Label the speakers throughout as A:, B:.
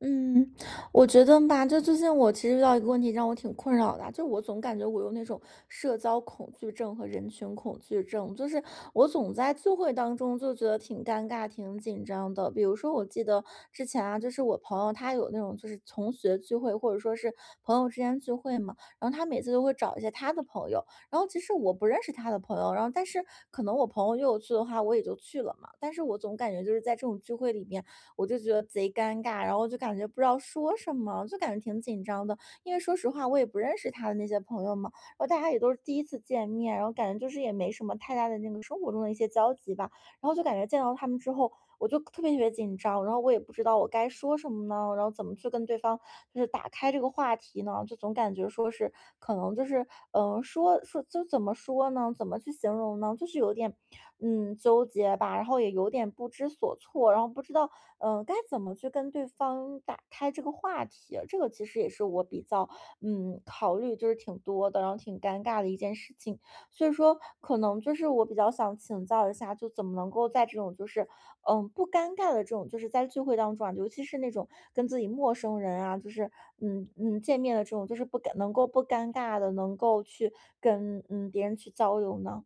A: 嗯，我觉得吧，就最近我其实遇到一个问题，让我挺困扰的啊，就我总感觉我有那种社交恐惧症和人群恐惧症，就是我总在聚会当中就觉得挺尴尬、挺紧张的。比如说，我记得之前啊，就是我朋友他有那种就是同学聚会，或者说是朋友之间聚会嘛，然后他每次都会找一些他的朋友，然后其实我不认识他的朋友，然后但是可能我朋友约我去的话，我也就去了嘛，但是我总感觉就是在这种聚会里面。我就觉得贼尴尬，然后就感觉不知道说什么，就感觉挺紧张的。因为说实话，我也不认识他的那些朋友嘛，然后大家也都是第一次见面，然后感觉就是也没什么太大的那个生活中的一些交集吧。然后就感觉见到他们之后，我就特别特别紧张，然后我也不知道我该说什么呢，然后怎么去跟对方就是打开这个话题呢？就总感觉说是可能就是嗯、呃说说就怎么说呢？怎么去形容呢？就是有点纠结吧，然后也有点不知所措，然后不知道该怎么去跟对方打开这个话题。这个其实也是我比较考虑就是挺多的，然后挺尴尬的一件事情。所以说，可能就是我比较想请教一下，就怎么能够在这种就是，不尴尬的这种，就是在聚会当中啊，尤其是那种跟自己陌生人啊，就是见面的这种，就是不尴能够不尴尬的，能够去跟别人去交流呢？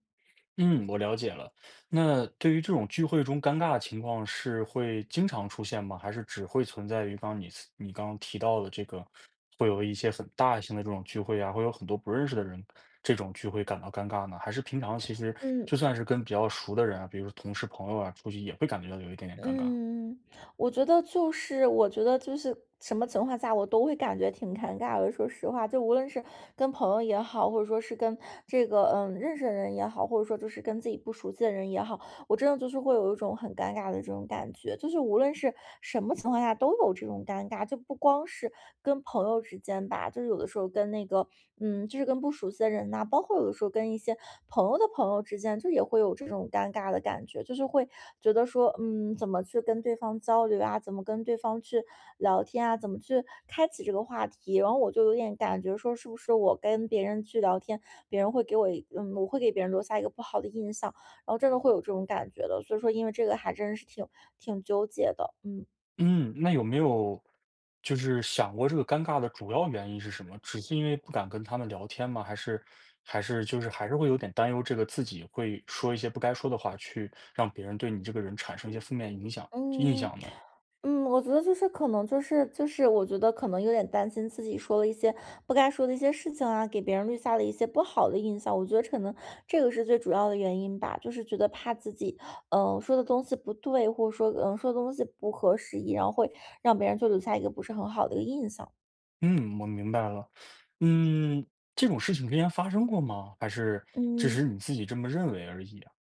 B: 嗯，我了解了。那对于这种聚会中尴尬的情况是会经常出现吗？还是只会存在于刚刚你刚刚提到的这个，会有一些很大型的这种聚会啊，会有很多不认识的人，这种聚会感到尴尬呢？还是平常其实
A: 嗯
B: 就算是跟比较熟的人啊，比如说同事朋友啊，出去也会感觉到有一点点尴尬？
A: 嗯，我觉得就是什么情况下我都会感觉挺尴尬的。说实话，就无论是跟朋友也好，或者说是跟这个认识的人也好，或者说就是跟自己不熟悉的人也好。我真的就是会有一种很尴尬的这种感觉，就是无论是什么情况下都有这种尴尬，就不光是跟朋友之间吧，就是有的时候跟那个，就是跟不熟悉的人呐、包括有的时候跟一些朋友的朋友之间，就也会有这种尴尬的感觉，就是会觉得说，怎么去跟对方交流啊，怎么跟对方去聊天啊，怎么去开启这个话题，然后我就有点感觉说，是不是我跟别人去聊天，别人会给我，嗯，我会给别人留下一个不好的印象。然后真的会有这种感觉的，所以说因为这个还真是挺纠结的，嗯。
B: 嗯，那有没有就是想过这个尴尬的主要原因是什么？只是因为不敢跟他们聊天吗？还是就是还是会有点担忧，这个自己会说一些不该说的话，去让别人对你这个人产生一些负面影响印
A: 嗯嗯。
B: 象呢？
A: 我觉得就是可能就是我觉得可能有点担心自己说了一些不该说的一些事情啊，给别人留下了一些不好的印象。我觉得可能这个是最主要的原因吧，就是觉得怕自己，说的东西不对，或者说说的东西不合时宜，然后会让别人就留下一个不是很好的一个印象。
B: 嗯，我明白了。嗯，这种事情之前发生过吗？还是只
A: 嗯。
B: 是你自己这么认为而已啊？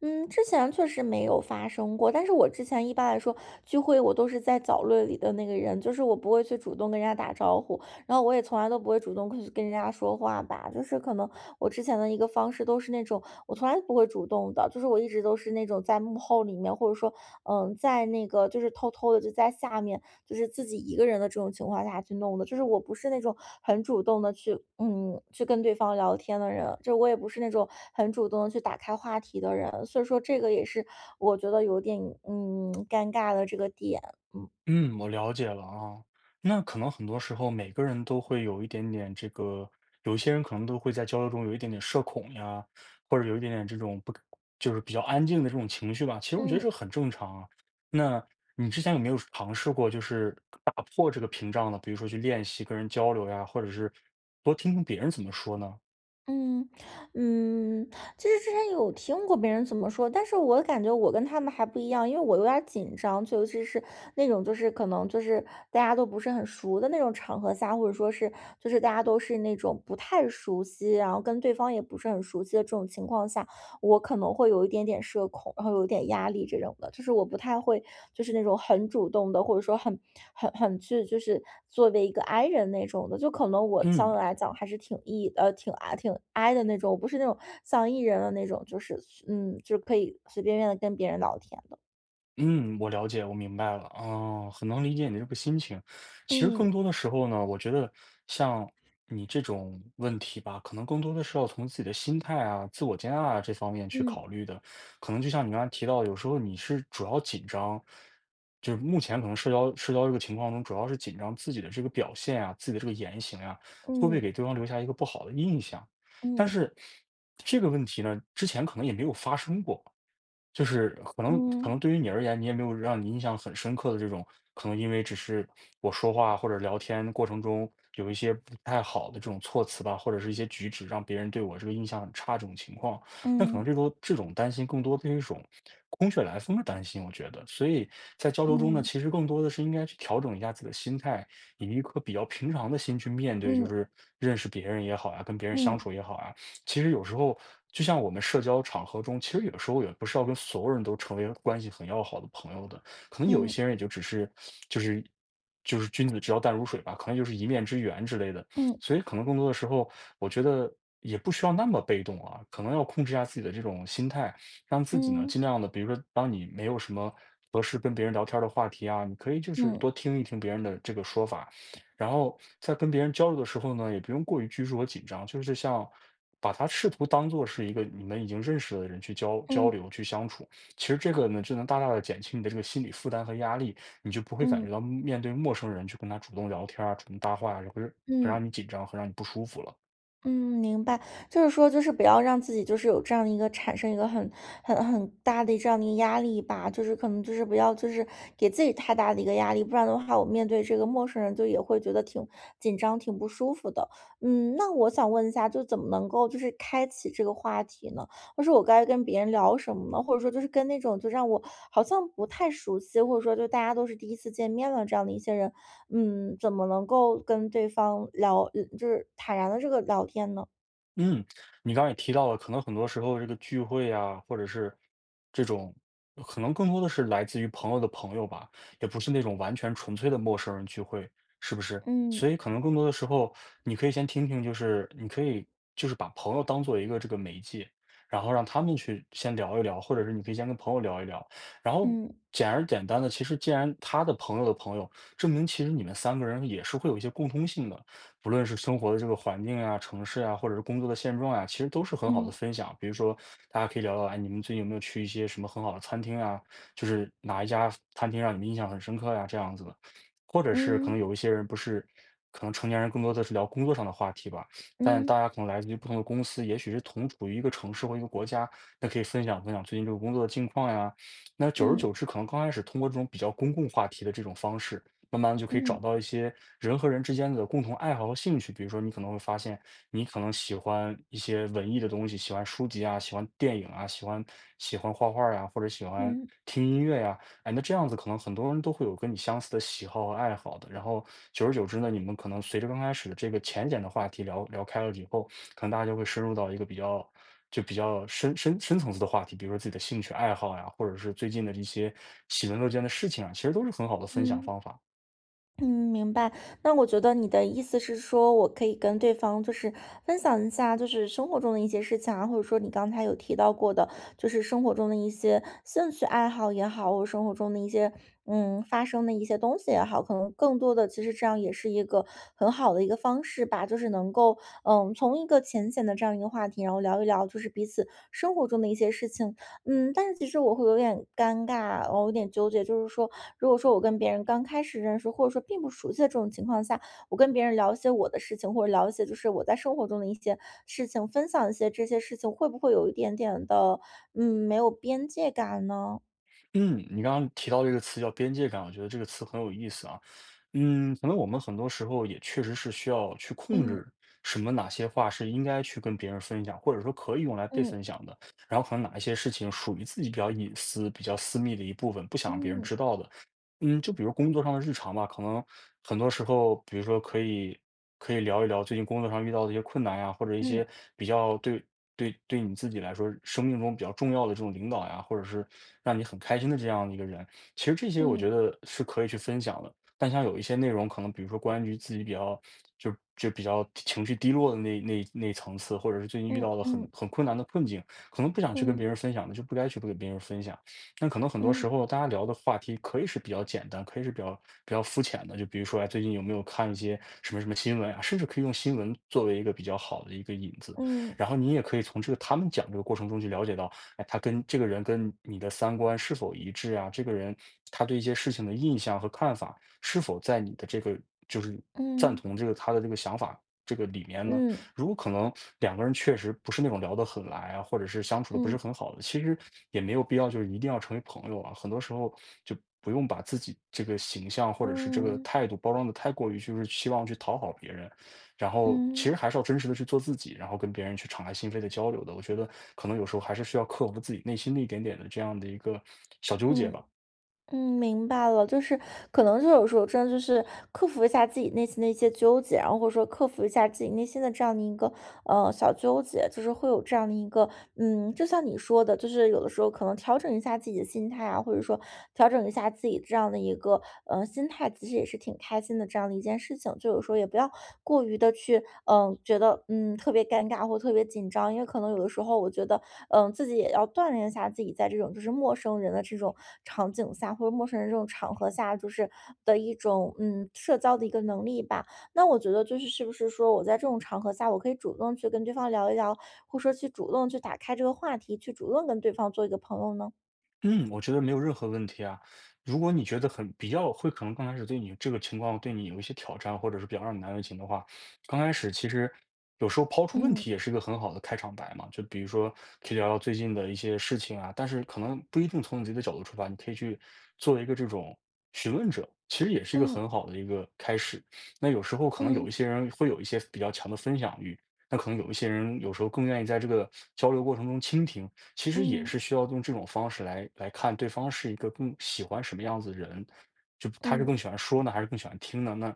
A: 嗯，之前确实没有发生过，但是我之前一般来说聚会，我都是在角落里的那个人，就是我不会去主动跟人家打招呼，然后我也从来都不会主动去跟人家说话吧，就是可能我之前的一个方式都是那种我从来不会主动的，就是我一直都是那种在幕后里面，或者说在那个就是偷偷的就在下面，就是自己一个人的这种情况下去弄的，就是我不是那种很主动的去去跟对方聊天的人，就我也不是那种很主动的去打开话题的人，所以说这个也是我觉得有点尴尬的这个点，
B: 嗯，我了解了啊。那可能很多时候每个人都会有一点点这个，有一些人可能都会在交流中有一点点社恐呀，或者有一点点这种不，就是比较安静的这种情绪吧。其实我觉得
A: 嗯。
B: 这很正常啊。那你之前有没有尝试过，就是打破这个屏障呢？比如说去练习跟人交流呀，或者是多听听别人怎么说呢？
A: 嗯，嗯，其实之前有听过别人怎么说，但是我感觉我跟他们还不一样，因为我有点儿紧张，就尤其是那种就是可能就是大家都不是很熟的那种场合下，或者说是就是大家都是那种不太熟悉，然后跟对方也不是很熟悉的这种情况下，我可能会有一点点社恐，然后有一点压力这种的，就是我不太会，就是那种很主动的，或者说很去，就是作为一个 I 人那种的，就可能我相对
B: 嗯。
A: 来讲还是挺 I 的那种，我不是那种像 E 人的那种，就是就是可以随便便的跟别人聊天的。
B: 嗯，我了解，我明白了，哦，很能理解你的这个心情。其实
A: 嗯
B: 更多的时候呢，我觉得像你这种问题吧，可能更多的是要从自己的心态啊、自我接纳啊这方面去
A: 嗯
B: 考虑的。可能就像你刚才提到，有时候你是主要紧张，就是目前可能社交这个情况中，主要是紧张自己的这个表现啊、自己的这个言行啊，会不会
A: 嗯
B: 给对方留下一个不好的印象？但
A: 嗯
B: 是这个问题呢，之前可能也没有发生过。就是可能可
A: 嗯
B: 能对于你而言，你也没有让你印象很深刻的这种，可能因为只是我说话或者聊天过程中有一些不太好的这种措辞吧，或者是一些举止，让别人对我这个印象很差这种情况，那可能
A: 嗯
B: 这种担心更多的是一种空穴来风的担心，我觉得。所以在交流中呢，
A: 嗯
B: 其实更多的是应该去调整一下自己的心态，以一颗比较平常的心去面对，就
A: 嗯
B: 是认识别人也好呀、跟别人相
A: 嗯
B: 处也好呀、其实有时候就像我们社交场合中，其实有时候也不是要跟所有人都成为关系很要好的朋友的，可能有一
A: 嗯
B: 些人也就只是就是就是君子之交淡如水吧，可能就是一面之缘之类的。
A: 嗯嗯
B: 所以可能更多的时候，我觉得也不需要那么被动啊，可能要控制一下自己的这种心态，让自己呢
A: 嗯
B: 尽量的，比如说当你没有什么合适跟别人聊天儿的话题啊，你可以就是
A: 嗯
B: 多听一听别人的这个说法，然后在跟别人交流的时候呢，也不用过于拘束和紧张，就是像把他试图当做是一个你们已经认识的人去交交
A: 嗯
B: 流、去相处。其实这个呢，就能大大的减轻你的这个心理负担和压力，你就不会感
A: 嗯
B: 觉到面对陌生人去跟他主动聊天啊、主动搭话，就会很
A: 嗯。
B: 让你紧张、很让你不舒服了。
A: 嗯，明白，就是说，就是不要让自己就是有这样的一个产生一个很大的这样的一个压力吧，就是可能就是不要就是给自己太大的一个压力，不然的话，我面对这个陌生人就也会觉得挺紧张、挺不舒服的。嗯，那我想问一下，就怎么能够就是开启这个话题呢？或者说我该跟别人聊什么呢？或者说就是跟那种就让我好像不太熟悉，或者说就大家都是第一次见面了这样的一些人，怎么能够跟对方聊就是坦然的这个聊天呢？
B: 嗯，你刚刚也提到了，可能很多时候这个聚会啊，或者是这种，可能更多的是来自于朋友的朋友吧，也不是那种完全纯粹的陌生人聚会，是不是？所以可能更多的时候，你可以先听听，就是你可以就是把朋友当做一个这个媒介，然后让他们去先聊一聊，或者是你可以先跟朋友聊一聊，然后
A: 嗯
B: 简单的，其实既然他的朋友的朋友，证明其实你们三个人也是会有一些共通性的。不论是生活的这个环境啊、城市啊，或者是工作的现状啊，其实都是很好的
A: 嗯
B: 分享。比如说，大家可以聊聊，哎，你们最近有没有去一些什么很好的餐厅啊？就是哪一家餐厅让你们印象很深刻呀、这样子的。或者是可
A: 嗯
B: 能有一些人不是，可能成年人更多的是聊工作上的话题吧，但
A: 嗯
B: 大家可能来自于不同的公司，也许是同处于一个城市或一个国家，那可以分享分享最近这个工作的近况呀。那久而
A: 嗯
B: 久之，可能刚开始通过这种比较公共话题的这种方式，慢慢就可以
A: 嗯
B: 找
A: 嗯
B: 到一些人和人之间的共同爱好和兴趣。比如说，你可能会发现，你可能喜欢一些文艺的东西，喜欢书籍啊，喜欢电影啊，喜欢画画呀、或者喜欢
A: 嗯嗯
B: 听音乐呀、哎，那这样子可能很多人都会有跟你相似的喜好和爱好的。然后久而久之呢，你们可能随着刚开始的这个浅显的话题聊聊开了以后，可能大家就会深入到一个比较。就比较深层次的话题，比如说自己的兴趣爱好呀，或者是最近的一些喜闻乐见的事情啊，其实都是很好的分享
A: 嗯。
B: 方法。
A: 嗯，明白。那我觉得你的意思是说，我可以跟对方就是分享一下，就是生活中的一些事情啊，或者说你刚才有提到过的，就是生活中的一些兴趣爱好也好，或者生活中的一些发生的一些东西也好，可能更多的其实这样也是一个很好的一个方式吧，就是能够从一个浅显的这样一个话题，然后聊一聊就是彼此生活中的一些事情。但是其实我会有点尴尬，我有点纠结，就是说，如果说我跟别人刚开始认识，或者说并不熟悉的这种情况下，我跟别人聊一些我的事情，或者聊一些就是我在生活中的一些事情，分享一些这些事情，会不会有一点点的，没有边界感呢？
B: 嗯，你刚刚提到这个词叫边界感，我觉得这个词很有意思啊。嗯，可能我们很多时候也确实是需要去控制
A: 嗯
B: 什么哪些话是应该去跟别人分享，或者说可以用来被
A: 嗯
B: 分享的，然后可能哪一些事情属于自己比较隐私、比较私密的一部分，不想让别人
A: 嗯
B: 知道的。嗯，就比如工作上的日常吧，可能很多时候，比如说可以可以聊一聊最近工作上遇到的一些困难呀，或者一些
A: 嗯
B: 比较对你自己来说生命中比较重要的这种领导呀，或者是让你很开心的这样的一个人，其实这些我
A: 嗯
B: 觉得是可以去分享的。但像有一些内容，可能比如说关于自己比较就比较情绪低落的那层次，或者是最近遇
A: 嗯
B: 到了很
A: 嗯
B: 很困难的困境，可能不想去跟
A: 嗯
B: 别人分享的，就不该去不给别人分享。那可能很多
A: 嗯
B: 时候大家聊的话题可以是比较简单，可以是比较比较肤浅的，就比如说，哎，最近有没有看一些什么什么新闻啊？甚至可以用新闻作为一个比较好的一个引子，
A: 嗯
B: 然后你也可以从这个他们讲这个过程中去了解到，哎，他跟这个人跟你的三观是否一致啊？这个人他对一些事情的印象和看法是否在你的这个就是赞
A: 嗯
B: 同这个他的这个想法这个里面呢？
A: 嗯
B: 如果可能两个人确实不是那种聊得很来啊，或者是相处的不
A: 嗯
B: 是
A: 嗯
B: 很好的，其实也没有必要就是一定要成为朋友啊。很多时候就不用把自己这个形象或者是这个
A: 嗯
B: 态度包装的太过于就是希望去讨好别人，然后其
A: 嗯
B: 实还是要真实的去做自己，然后跟别人去敞开心扉的交流的。我觉得可能有时候还是需要克服自己内心的一点点的这样的一个小纠结
A: 嗯。
B: 吧。
A: 嗯，明白了，就是可能就有时候真的就是克服一下自己内心的一些纠结，然后或者说克服一下自己内心的这样的一个小纠结，就是会有这样的一个就像你说的，就是有的时候可能调整一下自己的心态啊，或者说调整一下自己这样的一个心态。他其实也是挺开心的这样的一件事情。就有时候也不要过于的去，觉得特别尴尬或特别紧张，因为可能有的时候我觉得，自己也要锻炼一下自己在这种就是陌生人的这种场景下或者陌生人这种场合下，就是的一种社交的一个能力吧。那我觉得就是是不是说我在这种场合下，我可以主动去跟对方聊一聊，或者说去主动去打开这个话题，去主动跟对方做一个朋友呢？
B: 嗯，我觉得没有任何问题啊。如果你觉得很比较会，可能刚开始对你这个情况对你有一些挑战，或者是比较让你难为情的话，刚开始其实有时候抛出问
A: 嗯
B: 题也是一个很好的开场白嘛。就比如说可以聊聊最近的一些事情啊，但是可能不一定从你自己的角度出发，你可以去做一个这种询问者，其实也是一个
A: 嗯
B: 很好的一个开始。那有时候可能有
A: 嗯
B: 一些人会有一些比较强的分享欲，那可能有一些人有时候更愿意在这个交流过程中倾听。其实也
A: 嗯嗯
B: 是需要用这种方式来看对方是一个更喜欢什么样子的人，就他是
A: 嗯。
B: 更喜欢说呢，还是更喜欢听呢？那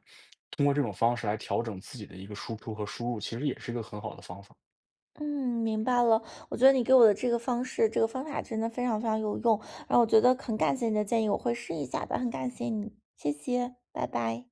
B: 通过这种方式来调整自己的一个输出和输入，其实也是一个很好的方法。
A: 嗯，明白了。我觉得你给我的这个方式、这个方法真的非常非常有用，然后我觉得很感谢你的建议，我会试一下的。很感谢你，谢谢，拜拜。